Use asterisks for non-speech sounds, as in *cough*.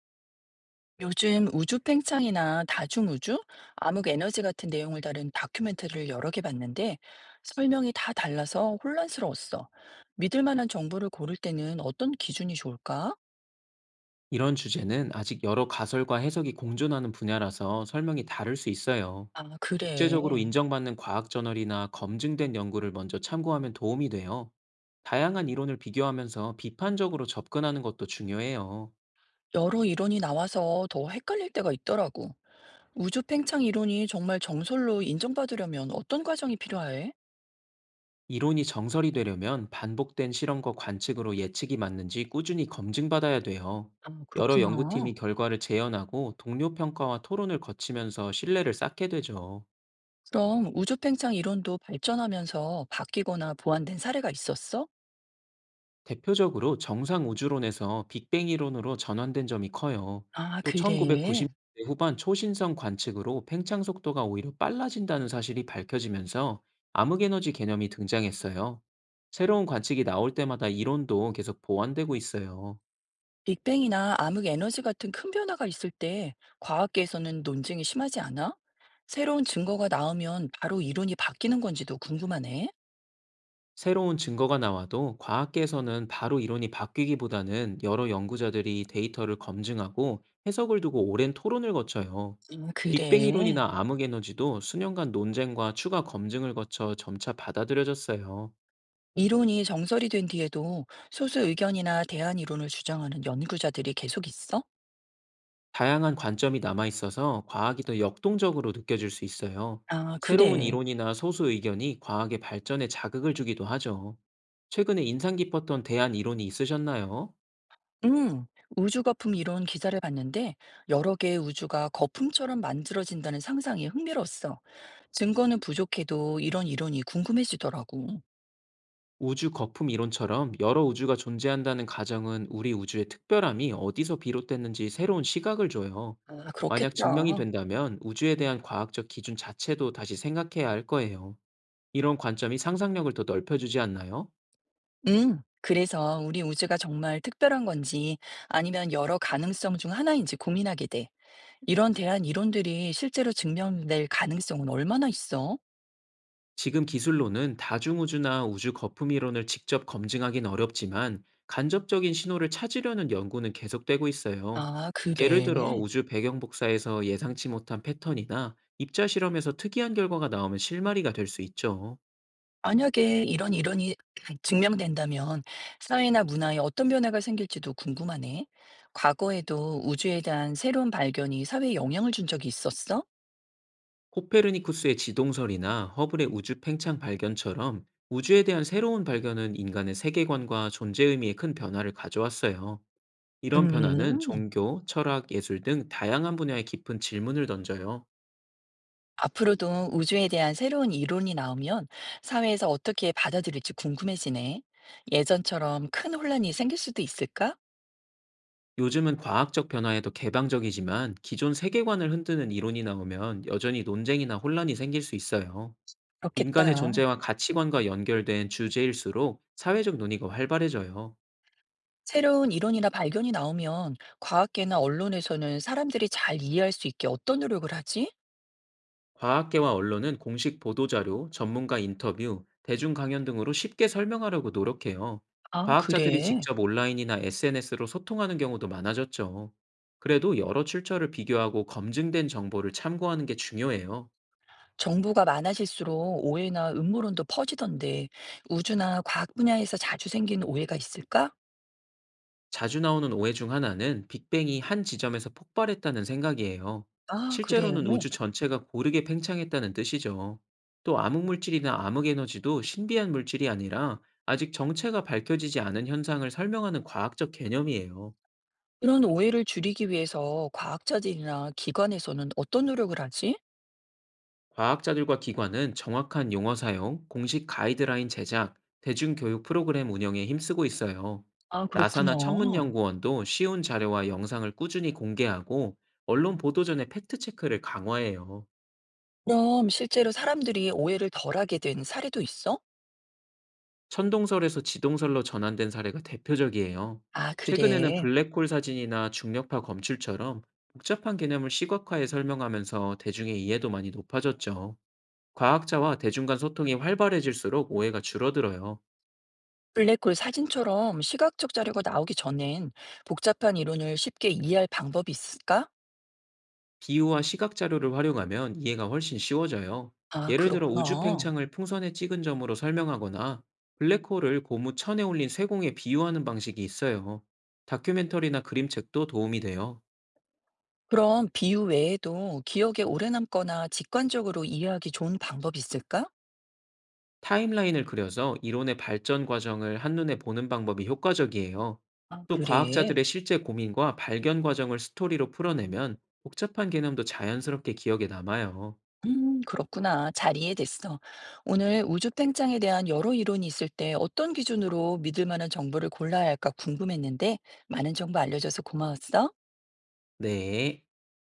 요즘 우주 팽창이나 다중우주, 암흑 에너지 같은 내용을 다룬 다큐멘터리를 여러 개 봤는데 설명이 다 달라서 혼란스러웠어. 믿을 만한 정보를 고를 때는 어떤 기준이 좋을까? 이런 주제는 아직 여러 가설과 해석이 공존하는 분야라서 설명이 다를 수 있어요. 아, 국제적으로 그래. 인정받는 과학 저널이나 검증된 연구를 먼저 참고하면 도움이 돼요. 다양한 이론을 비교하면서 비판적으로 접근하는 것도 중요해요. 여러 이론이 나와서 더 헷갈릴 때가 있더라고. 우주 팽창 이론이 정말 정설로 인정받으려면 어떤 과정이 필요해? 이론이 정설이 되려면 반복된 실험과 관측으로 예측이 맞는지 꾸준히 검증받아야 돼요. 아, 여러 연구팀이 그렇구나. 결과를 재현하고 동료 평가와 토론을 거치면서 신뢰를 쌓게 되죠. 그럼 우주 팽창 이론도 발전하면서 바뀌거나 보완된 사례가 있었어? 대표적으로 정상 우주론에서 빅뱅 이론으로 전환된 점이 커요. 아, 또 그래. 1990년대 후반 초신성 관측으로 팽창 속도가 오히려 빨라진다는 사실이 밝혀지면서 암흑에너지 개념이 등장했어요. 새로운 관측이 나올 때마다 이론도 계속 보완되고 있어요. 빅뱅이나 암흑 에너지 같은 큰 변화가 있을 때 과학계에서는 논쟁이 심하지 않아? 새로운 증거가 나오면 바로 이론이 바뀌는 건지도 궁금하네. 새로운 증거가 나와도 과학계에서는 바로 이론이 바뀌기보다는 여러 연구자들이 데이터를 검증하고 해석을 두고 오랜 토론을 거쳐요. 빅뱅 그래. 이론이나 암흑에너지도 수년간 논쟁과 추가 검증을 거쳐 점차 받아들여졌어요. 이론이 정설이 된 뒤에도 소수 의견이나 대안 이론을 주장하는 연구자들이 계속 있어? 다양한 관점이 남아 있어서 과학이 더 역동적으로 느껴질 수 있어요. 아, 새로운 그래. 이론이나 소수 의견이 과학의 발전에 자극을 주기도 하죠. 최근에 인상 깊었던 대안 이론이 있으셨나요? 음, 우주 거품 이론 기사를 봤는데 여러 개의 우주가 거품처럼 만들어진다는 상상이 흥미로웠어. 증거는 부족해도 이런 이론이 궁금해지더라고. 우주 거품 이론처럼 여러 우주가 존재한다는 가정은 우리 우주의 특별함이 어디서 비롯됐는지 새로운 시각을 줘요. 아, 만약 증명이 그렇겠다. 된다면 우주에 대한 과학적 기준 자체도 다시 생각해야 할 거예요. 이런 관점이 상상력을 더 넓혀주지 않나요? 응, 그래서 우리 우주가 정말 특별한 건지 아니면 여러 가능성 중 하나인지 고민하게 돼. 이런 대한 이론들이 실제로 증명될 가능성은 얼마나 있어? 지금 기술로는 다중우주나 우주 거품 이론을 직접 검증하긴 어렵지만 간접적인 신호를 찾으려는 연구는 계속되고 있어요. 아, 예를 들어 그래. 우주 배경 복사에서 예상치 못한 패턴이나 입자 실험에서 특이한 결과가 나오면 실마리가 될 수 있죠. 만약에 이런 이론이 *clears throat* 증명된다면 사회나 문화에 어떤 변화가 생길지도 궁금하네. 과거에도 우주에 대한 새로운 발견이 사회에 영향을 준 적이 있었어? 코페르니쿠스의 지동설이나 허블의 우주 팽창 발견처럼 우주에 대한 새로운 발견은 인간의 세계관과 존재 의미에 큰 변화를 가져왔어요. 이런 변화는 음. 종교, 철학, 예술 등 다양한 분야에 깊은 질문을 던져요. 앞으로도 우주에 대한 새로운 이론이 나오면 사회에서 어떻게 받아들일지 궁금해지네. 예전처럼 큰 혼란이 생길 수도 있을까? 요즘은 과학적 변화에도 개방적이지만 기존 세계관을 흔드는 이론이 나오면 여전히 논쟁이나 혼란이 생길 수 있어요. 인간의 그렇겠다. 존재와 가치관과 연결된 주제일수록 사회적 논의가 활발해져요. 새로운 이론이나 발견이 나오면 과학계나 언론에서는 사람들이 잘 이해할 수 있게 어떤 노력을 하지? 과학계와 언론은 공식 보도자료, 전문가 인터뷰, 대중 강연 등으로 쉽게 설명하려고 노력해요. 아, 과학자들이 그래. 직접 온라인이나 SNS로 소통하는 경우도 많아졌죠. 그래도 여러 출처를 비교하고 검증된 정보를 참고하는 게 중요해요. 정보가 많아질수록 오해나 음모론도 퍼지던데 우주나 과학 분야에서 자주 생기는 오해가 있을까? 자주 나오는 오해 중 하나는 빅뱅이 한 지점에서 폭발했다는 생각이에요. 아, 그래. 실제로는 우주 전체가 고르게 팽창했다는 뜻이죠. 또 암흑 물질이나 암흑 에너지도 신비한 물질이 아니라 아직 정체가 밝혀지지 않은 현상을 설명하는 과학적 개념이에요. 그런 오해를 줄이기 위해서 과학자들이나 기관에서는 어떤 노력을 하지? 과학자들과 기관은 정확한 용어 사용, 공식 가이드라인 제작, 대중교육 프로그램 운영에 힘쓰고 있어요. 아, 그렇구나. 나사나 천문연구원도 쉬운 자료와 영상을 꾸준히 공개하고 언론 보도전에 팩트체크를 강화해요. 그럼 실제로 사람들이 오해를 덜하게 된 사례도 있어? 천동설에서 지동설로 전환된 사례가 대표적이에요. 아, 최근에는 그래. 블랙홀 사진이나 중력파 검출처럼 복잡한 개념을 시각화해 설명하면서 대중의 이해도 많이 높아졌죠. 과학자와 대중 간 소통이 활발해질수록 오해가 줄어들어요. 블랙홀 사진처럼 시각적 자료가 나오기 전엔 복잡한 이론을 쉽게 이해할 방법이 있을까? 비유와 시각 자료를 활용하면 이해가 훨씬 쉬워져요. 아, 예를 들어 우주 그렇구나. 팽창을 풍선에 찍은 점으로 설명하거나 블랙홀을 고무 천에 올린 쇠공에 비유하는 방식이 있어요. 다큐멘터리나 그림책도 도움이 돼요. 그럼 비유 외에도 기억에 오래 남거나 직관적으로 이해하기 좋은 방법이 있을까? 타임라인을 그려서 이론의 발전 과정을 한눈에 보는 방법이 효과적이에요. 아, 또 그래. 과학자들의 실제 고민과 발견 과정을 스토리로 풀어내면 복잡한 개념도 자연스럽게 기억에 남아요. 그렇구나. 잘 이해됐어. 오늘 우주 팽창에 대한 여러 이론이 있을 때 어떤 기준으로 믿을 만한 정보를 골라야 할까 궁금했는데 많은 정보 알려줘서 고마웠어. 네.